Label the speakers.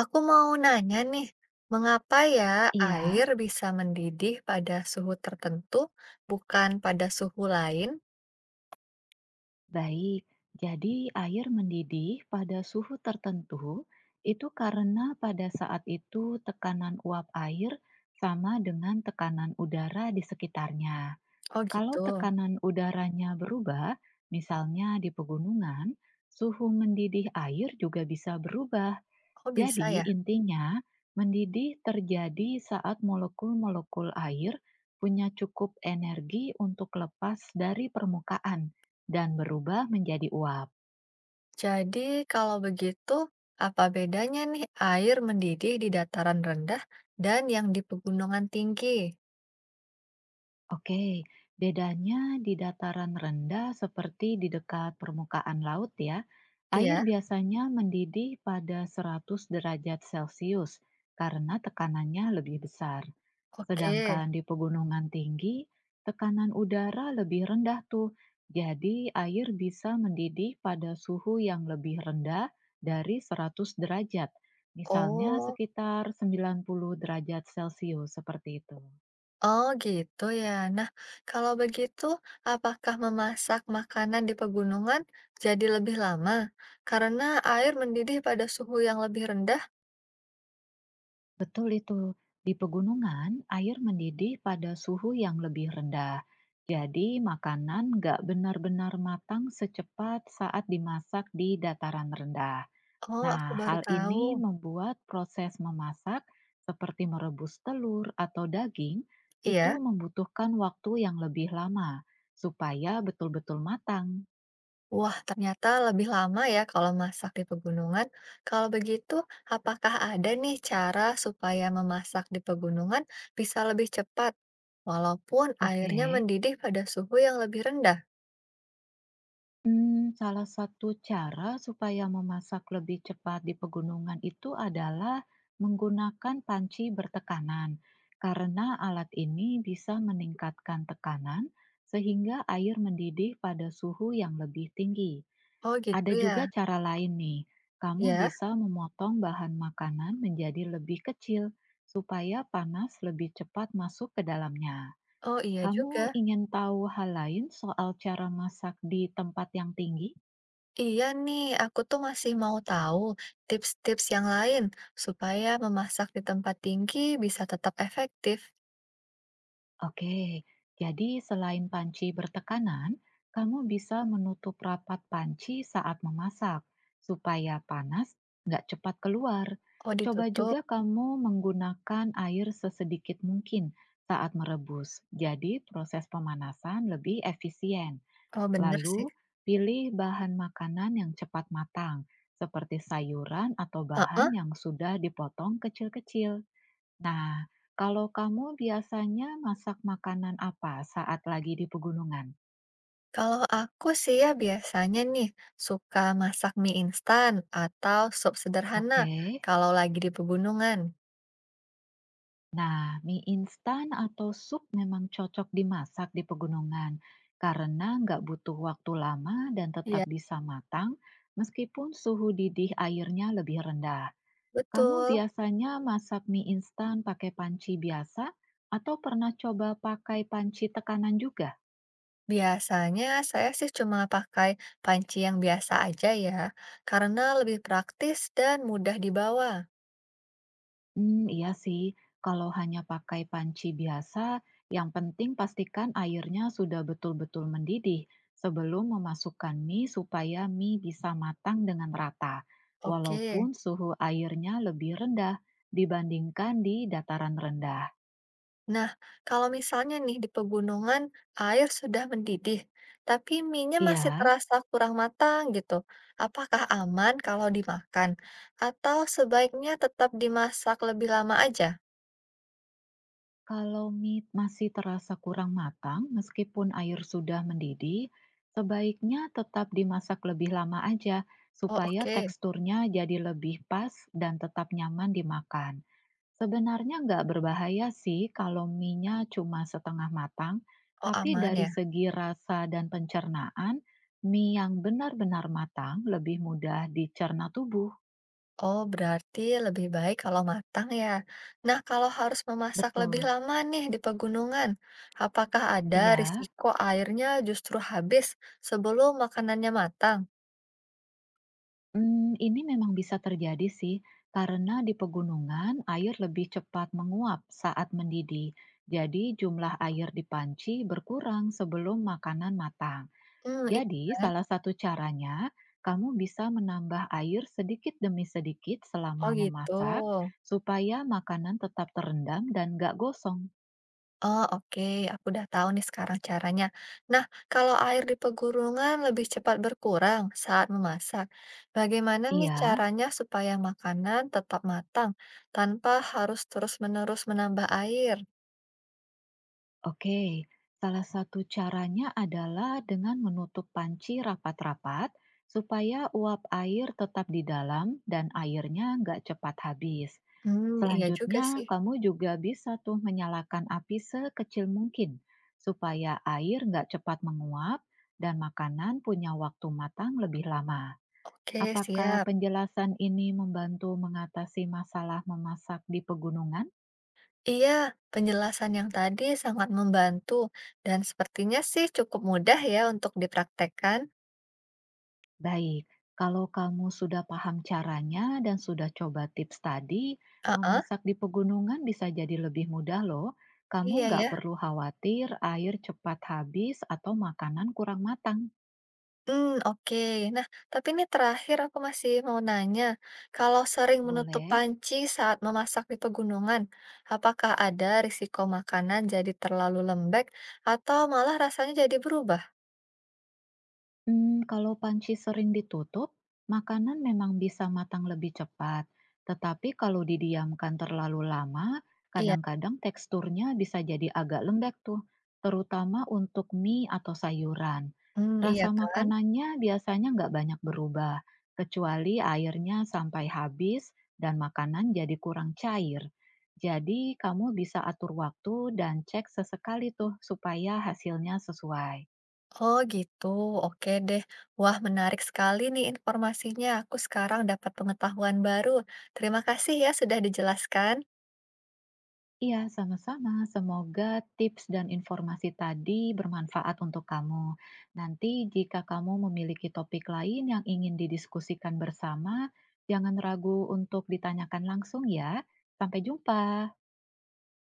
Speaker 1: Aku mau nanya nih, mengapa ya
Speaker 2: Iya,
Speaker 1: air bisa mendidih pada suhu tertentu, bukan pada suhu lain?
Speaker 2: baik. Jadi, air mendidih pada suhu tertentu itu karena pada saat itu tekanan uap air sama dengan tekanan udara di sekitarnya.
Speaker 1: Oh
Speaker 2: Kalau
Speaker 1: gitu.
Speaker 2: tekanan udaranya berubah, misalnya di pegunungan, suhu mendidih air juga bisa berubah.
Speaker 1: Oh bisa
Speaker 2: Jadi,
Speaker 1: ya.
Speaker 2: intinya mendidih terjadi saat molekul-molekul air punya cukup energi untuk lepas dari permukaan dan berubah menjadi uap.
Speaker 1: Jadi kalau begitu, apa bedanya nih air mendidih di dataran rendah dan yang di pegunungan tinggi?
Speaker 2: Oke, bedanya di dataran rendah seperti di dekat permukaan laut ya, air
Speaker 1: Iya,
Speaker 2: biasanya mendidih pada 100 derajat Celcius karena tekanannya lebih besar.
Speaker 1: oke.
Speaker 2: Sedangkan di pegunungan tinggi, tekanan udara lebih rendah tuh. Jadi air bisa mendidih pada suhu yang lebih rendah dari 100 derajat, misalnya
Speaker 1: Oh.
Speaker 2: sekitar 90 derajat Celcius seperti itu.
Speaker 1: Oh gitu ya. Nah, kalau begitu, apakah memasak makanan di pegunungan jadi lebih lama karena air mendidih pada suhu yang lebih rendah?
Speaker 2: Betul itu. Di pegunungan, air mendidih pada suhu yang lebih rendah. Jadi, makanan nggak benar-benar matang secepat saat dimasak di dataran rendah.
Speaker 1: Oh,
Speaker 2: Nah,
Speaker 1: aku baru
Speaker 2: hal
Speaker 1: tahu.
Speaker 2: ini membuat proses memasak seperti merebus telur atau daging itu
Speaker 1: Iya.
Speaker 2: membutuhkan waktu yang lebih lama supaya betul-betul matang.
Speaker 1: Wah, ternyata lebih lama ya kalau masak di pegunungan. Kalau begitu, apakah ada nih cara supaya memasak di pegunungan bisa lebih cepat, walaupun airnya
Speaker 2: Oke.
Speaker 1: mendidih pada suhu yang lebih rendah?
Speaker 2: Salah satu cara supaya memasak lebih cepat di pegunungan itu adalah menggunakan panci bertekanan, karena alat ini bisa meningkatkan tekanan sehingga air mendidih pada suhu yang lebih tinggi.
Speaker 1: Oh, gitu
Speaker 2: Ada juga
Speaker 1: ya.
Speaker 2: cara lain nih, kamu
Speaker 1: Ya.
Speaker 2: bisa memotong bahan makanan menjadi lebih kecil supaya panas lebih cepat masuk ke dalamnya.
Speaker 1: Oh, iya
Speaker 2: Kamu
Speaker 1: juga.
Speaker 2: ingin tahu hal lain soal cara masak di tempat yang tinggi?
Speaker 1: Iya nih, aku tuh masih mau tahu tips-tips yang lain supaya memasak di tempat tinggi bisa tetap efektif.
Speaker 2: Oke, jadi selain panci bertekanan, kamu bisa menutup rapat panci saat memasak supaya panas nggak cepat keluar.
Speaker 1: Oh,
Speaker 2: Coba
Speaker 1: ditutup.
Speaker 2: juga kamu menggunakan air sesedikit mungkin saat merebus. Jadi proses pemanasan lebih efisien.
Speaker 1: Oh, bener sih.
Speaker 2: Lalu pilih bahan makanan yang cepat matang, seperti sayuran atau bahan
Speaker 1: Heeh.
Speaker 2: yang sudah dipotong kecil-kecil. Nah, kalau kamu biasanya masak makanan apa saat lagi di pegunungan?
Speaker 1: Kalau aku sih ya biasanya nih suka masak mie instan atau sup sederhana
Speaker 2: Oke.
Speaker 1: kalau lagi di pegunungan.
Speaker 2: Nah, mie instan atau sup memang cocok dimasak di pegunungan karena nggak butuh waktu lama dan tetap
Speaker 1: Iya,
Speaker 2: bisa matang meskipun suhu didih airnya lebih rendah. Kamu
Speaker 1: betul.
Speaker 2: biasanya masak mie instan pakai panci biasa atau pernah coba pakai panci tekanan juga?
Speaker 1: Biasanya saya sih cuma pakai panci yang biasa aja ya, karena lebih praktis dan mudah dibawa.
Speaker 2: Hmm iya sih, kalau hanya pakai panci biasa, yang penting pastikan airnya sudah betul-betul mendidih sebelum memasukkan mie supaya mie bisa matang dengan rata.
Speaker 1: Oke.
Speaker 2: Walaupun suhu airnya lebih rendah dibandingkan di dataran rendah.
Speaker 1: Nah, kalau misalnya nih di pegunungan air sudah mendidih, tapi minyak masih
Speaker 2: Iya.
Speaker 1: terasa kurang matang gitu. Apakah aman kalau dimakan? Atau sebaiknya tetap dimasak lebih lama aja?
Speaker 2: Kalau mie masih terasa kurang matang, meskipun air sudah mendidih, sebaiknya tetap dimasak lebih lama aja
Speaker 1: Oh,
Speaker 2: supaya
Speaker 1: oke.
Speaker 2: teksturnya jadi lebih pas dan tetap nyaman dimakan. Sebenarnya nggak berbahaya sih kalau mie-nya cuma setengah matang,
Speaker 1: Oh,
Speaker 2: tapi
Speaker 1: aman
Speaker 2: dari
Speaker 1: ya.
Speaker 2: segi rasa dan pencernaan, mie yang benar-benar matang lebih mudah dicerna tubuh.
Speaker 1: Oh, berarti lebih baik kalau matang ya. Nah, kalau harus memasak lebih
Speaker 2: Betul,
Speaker 1: lama nih di pegunungan, apakah ada
Speaker 2: iya.
Speaker 1: risiko airnya justru habis sebelum makanannya matang?
Speaker 2: Ini memang bisa terjadi sih, karena di pegunungan air lebih cepat menguap saat mendidih. Jadi jumlah air di panci berkurang sebelum makanan matang.
Speaker 1: Hmm, iya
Speaker 2: Jadi
Speaker 1: kan?
Speaker 2: salah satu caranya, kamu bisa menambah air sedikit demi sedikit selama
Speaker 1: Oh, gitu.
Speaker 2: memasak, supaya makanan tetap terendam dan nggak gosong.
Speaker 1: Oh, oke, aku udah tahu nih sekarang caranya. Nah, kalau air di pegunungan lebih cepat berkurang saat memasak, bagaimana nih
Speaker 2: Iya.
Speaker 1: caranya supaya makanan tetap matang tanpa harus terus-menerus menambah air?
Speaker 2: Oke, salah satu caranya adalah dengan menutup panci rapat-rapat supaya uap air tetap di dalam dan airnya nggak cepat habis.
Speaker 1: Hmm, iya juga
Speaker 2: Selanjutnya,
Speaker 1: sih.
Speaker 2: kamu juga bisa tuh menyalakan api sekecil mungkin supaya air nggak cepat menguap dan makanan punya waktu matang lebih lama.
Speaker 1: Oke,
Speaker 2: Apakah
Speaker 1: siap.
Speaker 2: penjelasan ini membantu mengatasi masalah memasak di pegunungan?
Speaker 1: Iya, penjelasan yang tadi sangat membantu dan sepertinya sih cukup mudah ya untuk dipraktekkan.
Speaker 2: Baik, kalau kamu sudah paham caranya dan sudah coba tips tadi,
Speaker 1: Heeh,
Speaker 2: memasak di pegunungan bisa jadi lebih mudah loh. Kamu
Speaker 1: iya
Speaker 2: nggak
Speaker 1: ya.
Speaker 2: perlu khawatir air cepat habis atau makanan kurang matang.
Speaker 1: Hmm oke. Nah, tapi ini terakhir aku masih mau nanya, kalau sering menutup
Speaker 2: Boleh?
Speaker 1: panci saat memasak di pegunungan, apakah ada risiko makanan jadi terlalu lembek atau malah rasanya jadi berubah?
Speaker 2: Kalau panci sering ditutup, makanan memang bisa matang lebih cepat. Tetapi kalau didiamkan terlalu lama,
Speaker 1: Iya.
Speaker 2: kadang-kadang teksturnya bisa jadi agak lembek tuh, terutama untuk mie atau sayuran.
Speaker 1: Hmm. Iya
Speaker 2: Rasa
Speaker 1: kan?
Speaker 2: makanannya biasanya nggak banyak berubah, kecuali airnya sampai habis dan makanan jadi kurang cair. Jadi kamu bisa atur waktu dan cek sesekali tuh supaya hasilnya sesuai.
Speaker 1: Oh gitu, oke deh. Wah menarik sekali nih informasinya, aku sekarang dapat pengetahuan baru. Terima kasih ya sudah dijelaskan.
Speaker 2: Iya, sama-sama. Semoga tips dan informasi tadi bermanfaat untuk kamu. Nanti, jika kamu memiliki topik lain yang ingin didiskusikan bersama, jangan ragu untuk ditanyakan langsung ya. Sampai jumpa.